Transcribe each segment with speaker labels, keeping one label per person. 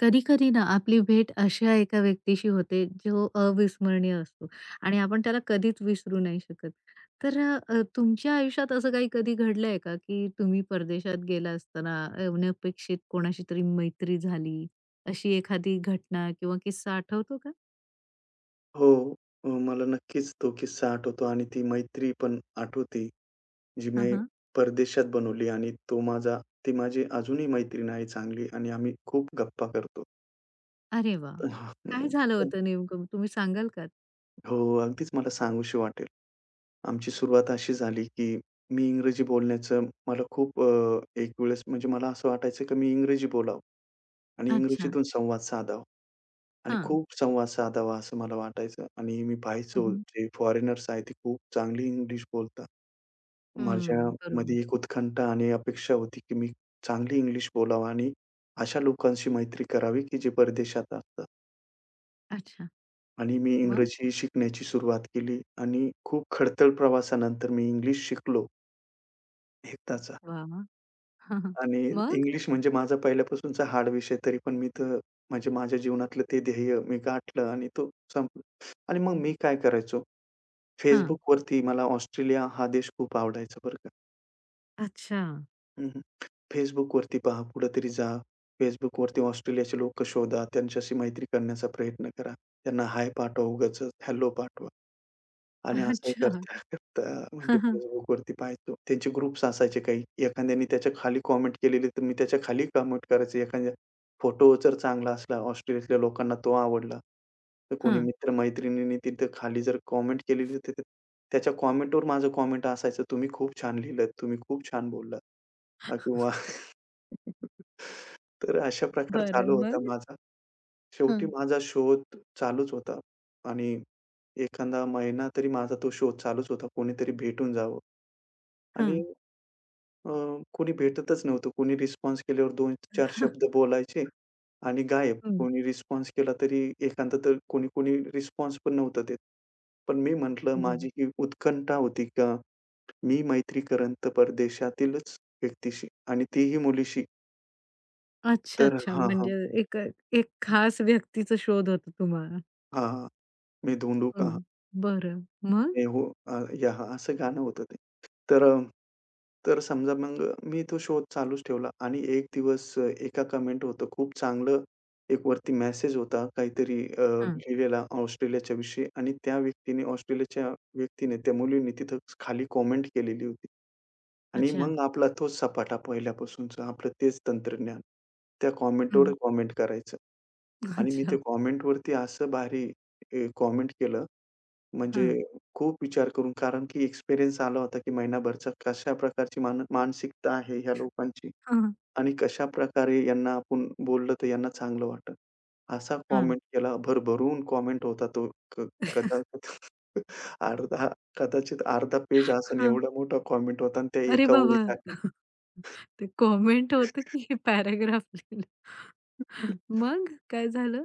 Speaker 1: कधी-कधी ना आपली भेट अशा एका व्यक्तीशी होते जो अविस्मरणीय असतो आणि आपण त्याला कधीच विसरू नाही शकत. तर तुमच्या आयुष्यात असं काही कधी घडलंय का, की तुम्ही परदेशात गेला असताना अनपेक्षित कोणाशी तरी मैत्री झाली, अशी एखादी घटना किंवा किस्सा आठवतो का?
Speaker 2: हो. मला नक्कीच तो किस्सा आठवतो आणि ती मैत्री पण आठवते, जी
Speaker 1: हां,
Speaker 2: मी
Speaker 1: हां.
Speaker 2: परदेशात बनवली आणि तो माझा ती माझी अजूनही मैत्रीण आहे चांगली आणि आम्ही खूप गप्पा करतो.
Speaker 1: अरे वाह! काय
Speaker 2: हं,
Speaker 1: झालं होतं नेमकं तुम्ही सांगाल का?
Speaker 2: हो, अगदीच मला सांगूशी वाटेल. आमची सुरुवात अशी झाली, की मी इंग्रजी बोलण्याचं मला खूप एक वेळेस म्हणजे मला असं वाटायचं, की मी इंग्रजी बोलावं आणि
Speaker 1: अच्छा.
Speaker 2: इंग्रजीतून संवाद साधावा. आणि
Speaker 1: हां.
Speaker 2: खूप संवाद साधावा असं मला वाटायचं आणि मी
Speaker 1: हं,
Speaker 2: पाहायचो
Speaker 1: हं.
Speaker 2: जे फॉरेनर्स आहेत, ते खूप चांगली इंग्लिश बोलतात.
Speaker 1: बरोबर.
Speaker 2: माझ्यामध्ये एक उत्कंठा आणि अपेक्षा होती, की मी चांगली इंग्लिश बोलावं आणि अशा लोकांशी मैत्री करावी, की जे परदेशात असतात.
Speaker 1: अच्छा.
Speaker 2: आणि मी
Speaker 1: मग?
Speaker 2: इंग्रजी शिकण्याची सुरुवात केली आणि खूप खडतर प्रवासानंतर मी इंग्लिश शिकलो एकदाचा.
Speaker 1: वाह! वाह! हां, हां.
Speaker 2: आणि
Speaker 1: मग?
Speaker 2: इंग्लिश म्हणजे माझा पहिल्यापासूनचा हार्ड विषय तरी पण मी तर म्हणजे माझ्या जीवनातलं ते ध्येय मी गाठलं आणि तो संपला आणि मग मी काय करायचो,
Speaker 1: हां.
Speaker 2: Facebookवरती मला ऑस्ट्रेलिया हा देश खूप आवडायचा बरं का.
Speaker 1: अच्छा.
Speaker 2: हं, हं. Facebookवरती पहा, कुठेतरी जा. Facebookवरती ऑस्ट्रेलियाचे लोकं शोधा, त्यांच्याशी मैत्री करण्याचा प्रयत्न करा. त्यांना हाय पाठवा, उगाचच हॅलो पाठवा. आणि असं
Speaker 1: अच्छा.
Speaker 2: करता-करता म्हणजे
Speaker 1: हां, हां.
Speaker 2: Facebookवरती पाहायचो. त्यांचे ग्रुप्स असायचे काही. एखाद्याने त्याच्या खाली कमेंट केलेली, तर मी त्याच्या खाली कमेंट करायचे. एखाद्या फोटो जर चांगला असला, ऑस्ट्रेलियातल्या लोकांना तो आवडला, तर कोणी
Speaker 1: हां.
Speaker 2: मित्र-मैत्रिणींनी तिथं खाली जर कमेंट केलेली, तर ते- त्याच्या कमेंटवर माझं कमेंट असायचं, "तुम्ही खूप छान लिहिलंत, तुम्ही खूप छान बोललात" किंवा तर अशा प्रकार चालू
Speaker 1: बरं
Speaker 2: होता
Speaker 1: मग?
Speaker 2: माझा. शेवटी
Speaker 1: हां.
Speaker 2: माझा शोध चालूच होता आणि एखादा महिना तरी माझा तो शोध चालूच होता. कोणीतरी भेटून जावं आणि
Speaker 1: हां.
Speaker 2: अ, कोणी भेटतच नव्हतं. कोणी रिस्पॉन्स केल्यावर 2-4 शब्द बोलायचे आणि गायब.
Speaker 1: हं.
Speaker 2: कोणी रिस्पॉन्स केला तरी एखादा तर कोणी कोणी रिस्पॉन्स पण नव्हतं देत. पण मी म्हटलं
Speaker 1: बरं.
Speaker 2: माझी ही उत्कंठा होती का मी मैत्री करेन परदेशातीलच व्यक्तीशी आणि तीही मुलीशी.
Speaker 1: अच्छा,
Speaker 2: तर
Speaker 1: अच्छा.
Speaker 2: हां, हां.
Speaker 1: म्हणजे एक एक खास व्यक्तीचा शोध होता तुम्हाला.
Speaker 2: हां, मैं ढूंढू
Speaker 1: हं.
Speaker 2: कहाँ?
Speaker 1: बरं. मग?
Speaker 2: मैं हूँ यहाँ असं गाणं होतं ते. तर तर समजा मग मी तो शोध चालूच ठेवला आणि एक दिवस एका कमेंट होतं खूप चांगलं एक वरती मेसेज होता काहीतरी
Speaker 1: हां.
Speaker 2: लिहिलेला ऑस्ट्रेलियाच्या विषयी आणि त्या व्यक्तीने ऑस्ट्रेलियाच्या व्यक्तीने त्या मुलीने तिथं खाली कॉमेंट केलेली होती. आणि
Speaker 1: अच्छा.
Speaker 2: मग आपला तोच सपाटा पहिल्यापासूनचा आपलं तेच तंत्रज्ञान. त्या कॉमेंटवर
Speaker 1: हं.
Speaker 2: कॉमेंट करायचं आणि मी त्या
Speaker 1: अच्छा.
Speaker 2: कॉमेंटवरती असं भारी कॉमेंट केलं
Speaker 1: हां.
Speaker 2: म्हणजे खूप विचार करून, कारण की एक्सपिरियन्स आला होता, की महिनाभरचा कशा प्रकारची मानसिकता आहे ह्या लोकांची
Speaker 1: हां.
Speaker 2: आणि कशाप्रकारे यांना आपण बोललं तर यांना चांगलं वाटेल. असा
Speaker 1: हां.
Speaker 2: कॉमेंट केला, भरभरून कॉमेंट होता तो. कदाचित अर्धा कदाचित अर्धा पेज असेल
Speaker 1: हां.
Speaker 2: एवढा मोठा कॉमेंट होता आणि त्या
Speaker 1: अरे
Speaker 2: एका
Speaker 1: बाबा!
Speaker 2: ओळीसाठी.
Speaker 1: ते कॉमेंट होतं की हे पॅराग्राफ लिहिलं. मग काय झालं?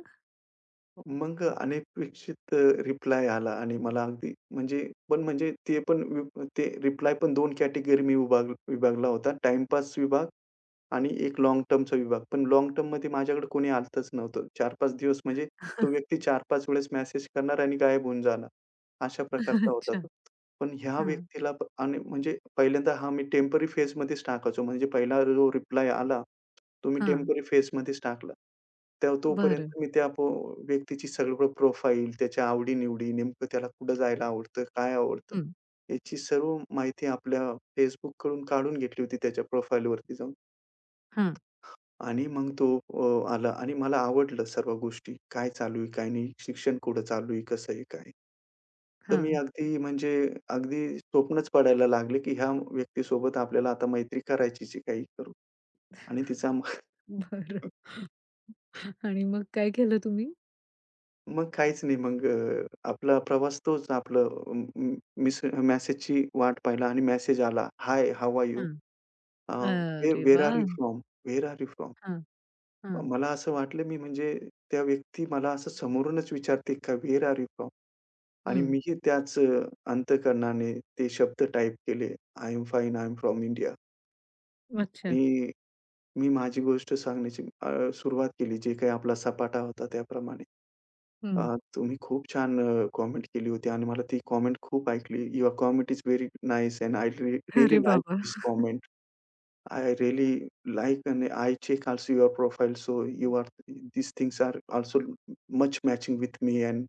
Speaker 2: मग अनपेक्षित रिप्लाय आला आणि मला अगदी म्हणजे पण म्हणजे ते रिप्लाय पण दोन कॅटेगरी मी विभागला होता. टाईमपास विभाग आणि एक लाँग टर्मचा विभाग. पण लाँग टर्ममध्ये माझ्याकडे कोणी आलंच नव्हतं. 4-5 दिवस म्हणजे तो व्यक्ती 4-5 वेळेस मेसेज करणार आणि गायब होऊन जाणार. अशा प्रकारचा होता
Speaker 1: अच्छा.
Speaker 2: तो. पण ह्या
Speaker 1: हां,
Speaker 2: व्यक्तीला आणि म्हणजे पहिल्यांदा हा मी टेम्पररी फेजमध्येच टाकायचो. म्हणजे पहिला जो रिप्लाय आला, तो मी
Speaker 1: हां.
Speaker 2: टेम्पररी फेजमध्येच टाकला. त्या
Speaker 1: बरं.
Speaker 2: तोपर्यंत मी त्या पो व्यक्तीची सर्व प्रोफाईल, त्याच्या आवडी नेमकं त्याला कुठं जायला आवडतं, काय आवडतं,
Speaker 1: हं.
Speaker 2: याची सर्व माहिती आपल्या Facebookकडून काढून घेतली होती त्याच्या प्रोफाईलवरती जाऊन.
Speaker 1: हां,
Speaker 2: आणि मग तो आला आणि मला आवडलं सर्व गोष्टी. काय चालू आहे, काय नाही, शिक्षण कुठं चालू आहे, कसं आहे, काय आहे? तर मी
Speaker 1: हां.
Speaker 2: अगदी म्हणजे अगदी स्वप्नच पडायला लागले, की ह्या व्यक्तीसोबत आपल्याला आता मैत्री करायचीच आहे काही करून आणि तिचा मग.
Speaker 1: बरं. आणि मग काय केलं तुम्ही?
Speaker 2: मग काहीच नाही. मग आपला प्रवास तोच आपलं अं, अं, मिस मेसेजची वाट पाहिला आणि मेसेज आला, "हाय, हाऊ आर यू?
Speaker 1: हां.
Speaker 2: अ,
Speaker 1: अरे
Speaker 2: आर
Speaker 1: वाह!
Speaker 2: You from? Where are you from?"
Speaker 1: हां, हां.
Speaker 2: मला असं वाटलं मी म्हणजे त्या व्यक्ती मला असं समोरूनच विचारते का "व्हेअर आर यू फ्रॉम?" आणि
Speaker 1: हं.
Speaker 2: मीही त्याच अंतःकरणाने ते शब्द टाइप केले, "I am fine, I am from India".
Speaker 1: अच्छा.
Speaker 2: आणि मी माझी गोष्ट सांगण्याची सुरुवात केली. जे काही आपला सपाटा होता त्याप्रमाणे.
Speaker 1: हं.
Speaker 2: तुम्ही खूप छान कॉमेंट केली होती आणि मला ती कॉमेंट खूप ऐकली. Your comment is very nice and I really
Speaker 1: अरे
Speaker 2: लाइक
Speaker 1: बाबा!
Speaker 2: This comment. I really like and I check also your profile so you are this things are also much matching with me and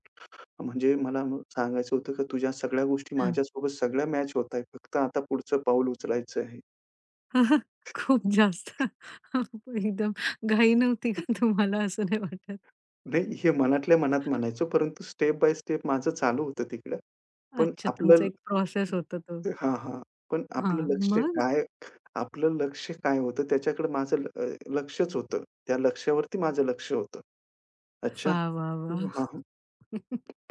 Speaker 2: म्हणजे मला सांगायचं होतं, की तुझ्या सगळ्या गोष्टी
Speaker 1: हां.
Speaker 2: माझ्यासोबत सगळ्या मॅच होत आहेत. फक्त आता पुढचं पाऊल उचलायचं आहे.
Speaker 1: खूप जास्त एकदम घाई नव्हती का तुम्हाला असं नाही वाटत?
Speaker 2: नाही, हे मनातल्या मनात म्हणायचो, परंतु स्टेप बाय स्टेप माझं चालू होतं तिकडं. पण
Speaker 1: अच्छा, तुमचा
Speaker 2: आपलं
Speaker 1: एक प्रोसेस होता तो.
Speaker 2: हां, हां. पण
Speaker 1: हां,
Speaker 2: आपलं लक्ष
Speaker 1: मग?
Speaker 2: काय आपलं लक्ष काय होतं त्याच्याकडे माझं लक्षच होतं. त्या लक्ष्यावरती माझं लक्ष होतं. अच्छा.
Speaker 1: वाह, वाह,
Speaker 2: हां,
Speaker 1: वाह!
Speaker 2: हां.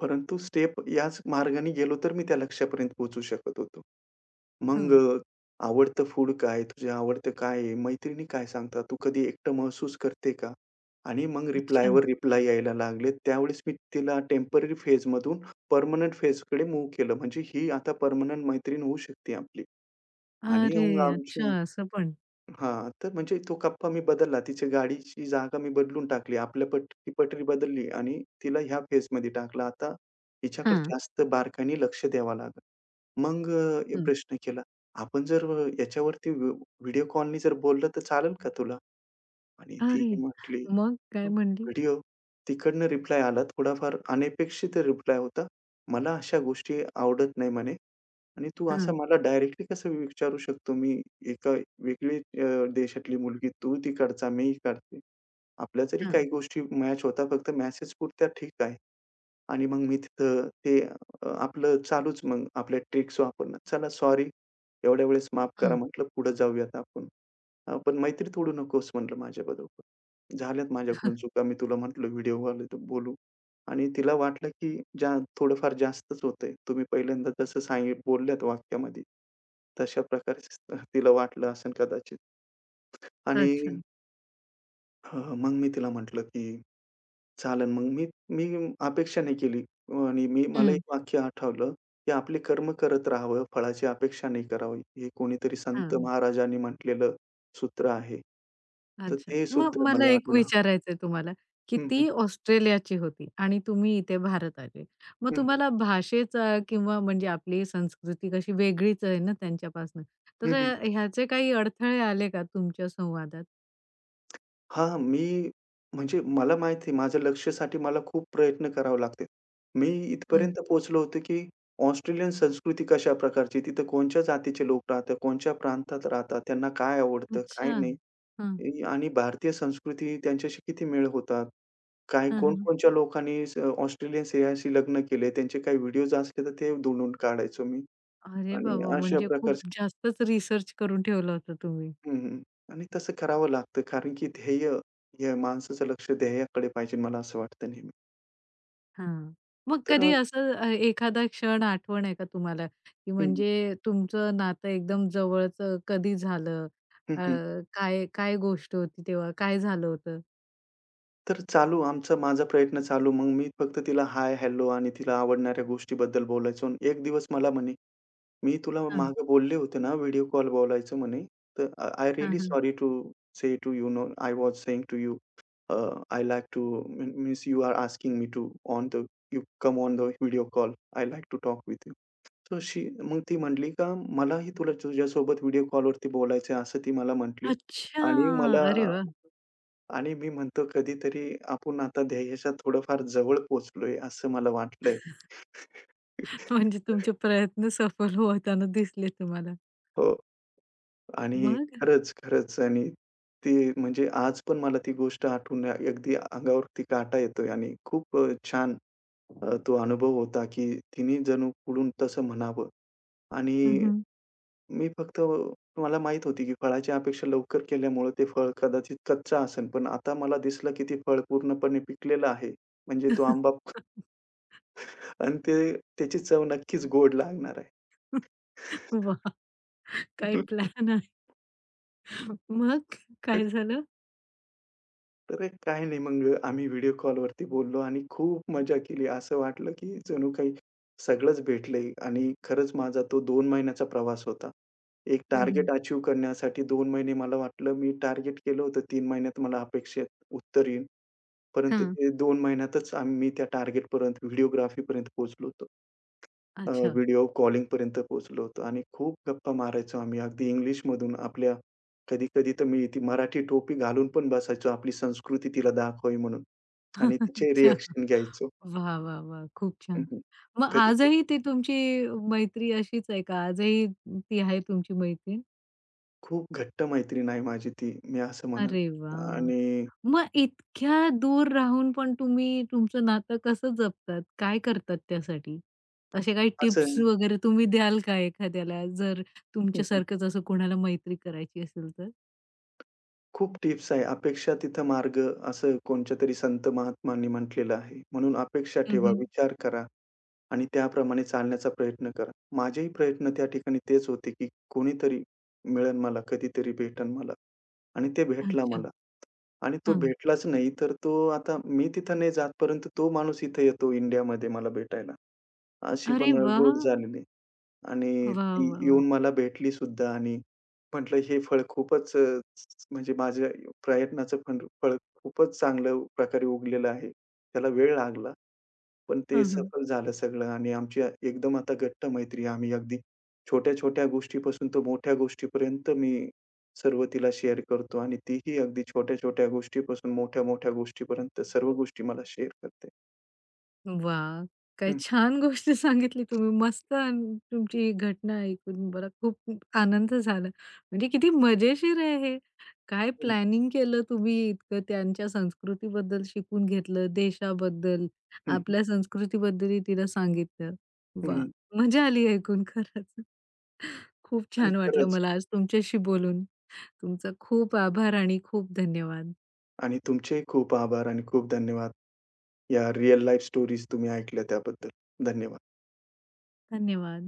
Speaker 2: परंतु स्टेप याच मार्गाने गेलो तर मी त्या लक्ष्यापर्यंत पोहोचू शकत होतो. मग
Speaker 1: हां.
Speaker 2: आवडतं फूड काय? तुझे आवडतं काय आहे? मैत्रिणी काय सांगतात? तू कधी एकटं महसूस करते का? आणि मग
Speaker 1: अच्छा.
Speaker 2: रिप्लायवर रिप्लाय यायला लागले. त्यावेळेस मी तिला टेम्पररी फेजमधून परमनंट फेजकडे मूव्ह केलं. म्हणजे ही आता परमनंट मैत्रीण होऊ शकते आपली आणि
Speaker 1: अरे
Speaker 2: मग
Speaker 1: अच्छा
Speaker 2: आमची
Speaker 1: असं पण.
Speaker 2: हां, तर म्हणजे तो कप्पा मी बदलला. तिची गाडीची जागा मी बदलून टाकली. आपल्या पट ती पटरी बदलली आणि तिला ह्या फेजमध्ये टाकलं. आता हिच्याकडे
Speaker 1: हां,
Speaker 2: जास्त बारकाईने लक्ष द्यावं लागेल. मग एक
Speaker 1: हं.
Speaker 2: प्रश्न केला, "आपण जर याच्यावरती व्हिडिओ कॉलनी जर बोललं तर चालेल का तुला?" आणि ती
Speaker 1: अरे!
Speaker 2: म्हटली,
Speaker 1: मग काय
Speaker 2: "हं,
Speaker 1: म्हणली?
Speaker 2: व्हिडिओ?" तिकडनं रिप्लाय आला थोडाफार अनपेक्षित रिप्लाय होता. "मला अशा गोष्टी आवडत नाही" म्हणे. आणि तू असा
Speaker 1: हां,
Speaker 2: मला डायरेक्टली कसं विचारू शकतो? मी एका वेगळी अ, देशातली मुलगी, तू तिकडचा, मी इकडचे. आपल्या जरी
Speaker 1: हां.
Speaker 2: काही गोष्टी मॅच होतात, फक्त मॅचेसपुरत्या ठीक आहे. आणि मग मी तिथं आपलं चालूच मग आपल्या ट्रिक्स वापरणं. "चला सॉरी, एवढ्या वेळेस माफ करा,"
Speaker 1: हं.
Speaker 2: म्हटलं, "पुढे जाऊयात आपण." "पण मैत्री तोडू नकोस," म्हटलं माझ्याबरोबर. "झाल्यात माझ्याकडून चुका. मी तुला म्हटलं व्हिडिओवाले तर बोलू." आणि तिला वाटलं, की जा थोडंफार जास्तच होतंय. तुम्ही पहिल्यांदा जसं बोलल्यात वाक्यामध्ये, तशा प्रकारे तिला वाटलं असेल कदाचित. आणि
Speaker 1: अच्छा.
Speaker 2: अ, मग मी तिला म्हटलं, की चालेल मग मी मी अपेक्षा नाही केली आणि मी मला
Speaker 1: हं.
Speaker 2: एक वाक्य आठवलं, की आपले कर्म करत राहावं, फळाची अपेक्षा नाही करावी. हे कोणीतरी संत
Speaker 1: हां.
Speaker 2: महाराजांनी म्हटलेलं सूत्र आहे. तर
Speaker 1: अच्छा.
Speaker 2: ते
Speaker 1: मग
Speaker 2: सूत्र
Speaker 1: मला
Speaker 2: मला
Speaker 1: एक
Speaker 2: आठवलं.
Speaker 1: विचारायचंय तुम्हाला, की
Speaker 2: हं, हं.
Speaker 1: ती ऑस्ट्रेलियाची होती आणि तुम्ही इथे भारत आले. मग
Speaker 2: हं, हं.
Speaker 1: तुम्हाला भाषेचा किंवा म्हणजे आपली संस्कृती कशी वेगळीच आहे ना त्यांच्यापासनं. तर
Speaker 2: हं, हं.
Speaker 1: ह्याचे काही अडथळे आले का तुमच्या संवादात?
Speaker 2: हां, मी म्हणजे मला माहिती आहे माझ्या लक्ष्यासाठी मला खूप प्रयत्न करावे लागते. मी
Speaker 1: हं.
Speaker 2: इथपर्यंत पोहोचलो होतो, की ऑस्ट्रेलियन संस्कृती कशा प्रकारची, तिथं कोणत्या जातीचे लोक राहतात, कोणत्या प्रांतात राहतात, त्यांना काय आवडतं, काय
Speaker 1: अच्छा.
Speaker 2: नाही.
Speaker 1: हं.
Speaker 2: ए, आणि भारतीय संस्कृती त्यांच्याशी किती मेळ होतात? काय
Speaker 1: हं, हं.
Speaker 2: कोण-कोणच्या लोकांनी ऑस्ट्रेलियन स्त्रियांशी लग्न केले, त्यांचे काही व्हिडिओज असले तर ते दुडून काढायचो मी
Speaker 1: अरे
Speaker 2: आणि
Speaker 1: बाबा!
Speaker 2: अशा
Speaker 1: म्हणजे खूप
Speaker 2: प्रकारचे
Speaker 1: जास्तच रिसर्च करून ठेवलं होतं तुम्ही.
Speaker 2: हं, हं. आणि तसं करावं लागतं कारण की हे माणसाचं लक्ष ध्येयाकडे पाहिजे मला असं वाटतं नेहमी.
Speaker 1: हां. मग
Speaker 2: तर
Speaker 1: कधी असं एखादा क्षण आठवण आहे का तुम्हाला? की
Speaker 2: हं,
Speaker 1: म्हणजे तुमचं नातं एकदम जवळचं कधी झालं?
Speaker 2: हं,
Speaker 1: अ,
Speaker 2: हं.
Speaker 1: काय काय गोष्ट होती तेव्हा? काय झालं होतं?
Speaker 2: तर चालू माझा प्रयत्न चालू. मग मी फक्त तिला हाय, हॅलो आणि तिला आवडणाऱ्या गोष्टीबद्दल बोलायचो. आणि एक दिवस मला म्हणे मी तुला
Speaker 1: हां,
Speaker 2: मागे बोलले होते ना, व्हिडिओ कॉल बोलायचं म्हणे. तर आय
Speaker 1: हां,
Speaker 2: रिअली
Speaker 1: हां.
Speaker 2: Sorry to say to you know I was saying to you uh, I like to means you are asking me to on the you come on the video call. I like to talk with you. So she मग ती म्हटली का मलाही तुला तुझ्यासोबत video कॉलवरती बोलायचं आहे, असं ती मला म्हटली.
Speaker 1: अच्छा!
Speaker 2: आणि मला
Speaker 1: अरे वाह!
Speaker 2: आणि मी म्हणतो कधीतरी आपण आता ध्येयाच्या थोडंफार जवळ पोहोचलोय असं मला वाटलंय.
Speaker 1: म्हणजे तुमचे प्रयत्न सफल होताना दिसले तुम्हाला.
Speaker 2: हो. आणि
Speaker 1: मग?
Speaker 2: खरंच, खरंच आणि ती म्हणजे आज पण मला ती गोष्ट आठवून अगदी अंगावरती काटा येतोय आणि खूप छान तो अनुभव होता, की तिने जणू पुढून तसं म्हणावं
Speaker 1: हं,
Speaker 2: आणि
Speaker 1: हं.
Speaker 2: मी फक्त मला माहीत होती, की फळाची अपेक्षा लवकर केल्यामुळे ते फळ कदाचित कच्चं असेल, पण आता मला दिसलं, की ते फळ पूर्णपणे पिकलेलं आहे. म्हणजे तो आंबा आणि ते त्याची चव नक्कीच गोड लागणार आहे.
Speaker 1: वाह! काय प्लॅन आहे. मग काय झालं?
Speaker 2: तर काही नाही मग आम्ही व्हिडिओ कॉलवरती बोललो आणि खूप मजा केली. असं वाटलं की जणू काही सगळंच भेटलंय आणि खरंच माझा तो 2 महिन्याचा प्रवास होता. एक
Speaker 1: हं,
Speaker 2: टार्गेट
Speaker 1: हं.
Speaker 2: अचीव्ह करण्यासाठी 2 महिने मला वाटलं मी टार्गेट केलं होतं 3 महिन्यात मला अपेक्षित उत्तर येईल. परंतु
Speaker 1: हां.
Speaker 2: ते 2 महिन्यातच मी त्या टार्गेटपर्यंत व्हिडिओग्राफीपर्यंत पोहोचलो होतो.
Speaker 1: अच्छा.
Speaker 2: व्हिडिओ कॉलिंगपर्यंत पोहोचलो होतो आणि खूप गप्पा मारायचो आम्ही. अगदी इंग्लिशमधून आपल्या कधी-कधी तर मी ती मराठी टोपी घालून पण बसायचो, आपली संस्कृती तिला दाखवावी म्हणून आणि तिचे
Speaker 1: अच्छा.
Speaker 2: रिएक्शन घ्यायचो.
Speaker 1: वाह! वाह! वाह! खूप छान.
Speaker 2: हं,
Speaker 1: मग
Speaker 2: कधी-कधी.
Speaker 1: आजही ती तुमची मैत्री अशीच आहे का? आजही ती आहे तुमची मैत्रीण?
Speaker 2: खूप घट्ट मैत्रीण आहे माझी ती, मी असं म्हणेन.
Speaker 1: अरे वाह!
Speaker 2: आणि
Speaker 1: मग इतक्या दूर राहून पण तुम्ही तुमचं नातं कसं जपतात? काय करतात त्यासाठी? असे काही
Speaker 2: असं
Speaker 1: टिप्स वगैरे तुम्ही द्याल का एखाद्याला जर
Speaker 2: हं,
Speaker 1: तुमच्यासारखंच असं कोणाला मैत्री करायची असेल तर?
Speaker 2: खूप टिप्स आहे. अपेक्षा तिथं मार्ग असं कोणच्यातरी संत महात्मांनी म्हटलेलं आहे. म्हणून अपेक्षा ठेवा,
Speaker 1: हं,
Speaker 2: विचार करा. आणि त्याप्रमाणे चालण्याचा प्रयत्न करा. माझेही प्रयत्न त्या ठिकाणी तेच होते, की कोणीतरी मिळेल मला, कधीतरी भेटेल मला आणि ते भेटला
Speaker 1: अच्छा.
Speaker 2: मला आणि तो
Speaker 1: हां.
Speaker 2: भेटलाच नाही, तर तो आता मी तिथं नाही जात, परंतु तो माणूस इथे येतो इंडियामध्ये मला भेटायला. अशी
Speaker 1: अरे
Speaker 2: पण
Speaker 1: वाह!
Speaker 2: गोड झालेली आणि
Speaker 1: वाह,
Speaker 2: ती
Speaker 1: वाह, वाह!
Speaker 2: येऊन मला भेटली सुद्धा आणि म्हटलं हे फळ खूपच म्हणजे माझ्या प्रयत्नाचं फळ फळ खूपच चांगल्या प्रकारे उगलेलं आहे. त्याला वेळ लागला. पण ते
Speaker 1: हं, हं.
Speaker 2: सफल झालं सगळं आणि आमची एकदम आता घट्ट मैत्री आहे. आम्ही अगदी छोट्या-छोट्या गोष्टीपासून तर मोठ्या गोष्टीपर्यंत मी सर्व तिला शेअर करतो आणि तीही अगदी छोट्या-छोट्या गोष्टीपासून मोठ्या-मोठ्या गोष्टीपर्यंत सर्व गोष्टी मला शेअर करते.
Speaker 1: वाह! काय
Speaker 2: हं,
Speaker 1: छान गोष्ट सांगितली तुम्ही. मस्त आणि तुमची ही घटना ऐकून मला खूप आनंद झाला. म्हणजे किती मजेशीर आहे हे. काय
Speaker 2: हं,
Speaker 1: प्लॅनिंग केलं तुम्ही इतकं त्यांच्या संस्कृतीबद्दल शिकून घेतलं, देशाबद्दल,
Speaker 2: हं,
Speaker 1: आपल्या संस्कृतीबद्दलही तिला सांगितलं.
Speaker 2: हं,
Speaker 1: वाह!
Speaker 2: हं.
Speaker 1: मजा आली ऐकून खरंच. खूप
Speaker 2: आणि
Speaker 1: छान वाटलं
Speaker 2: खरंच
Speaker 1: मला आज तुमच्याशी बोलून. तुमचा खूप आभार आणि खूप धन्यवाद.
Speaker 2: आणि तुमचेही खूप आभार आणि खूप धन्यवाद. या रिअल लाईफ स्टोरीज तुम्ही ऐकल्या त्याबद्दल. धन्यवाद.
Speaker 1: धन्यवाद.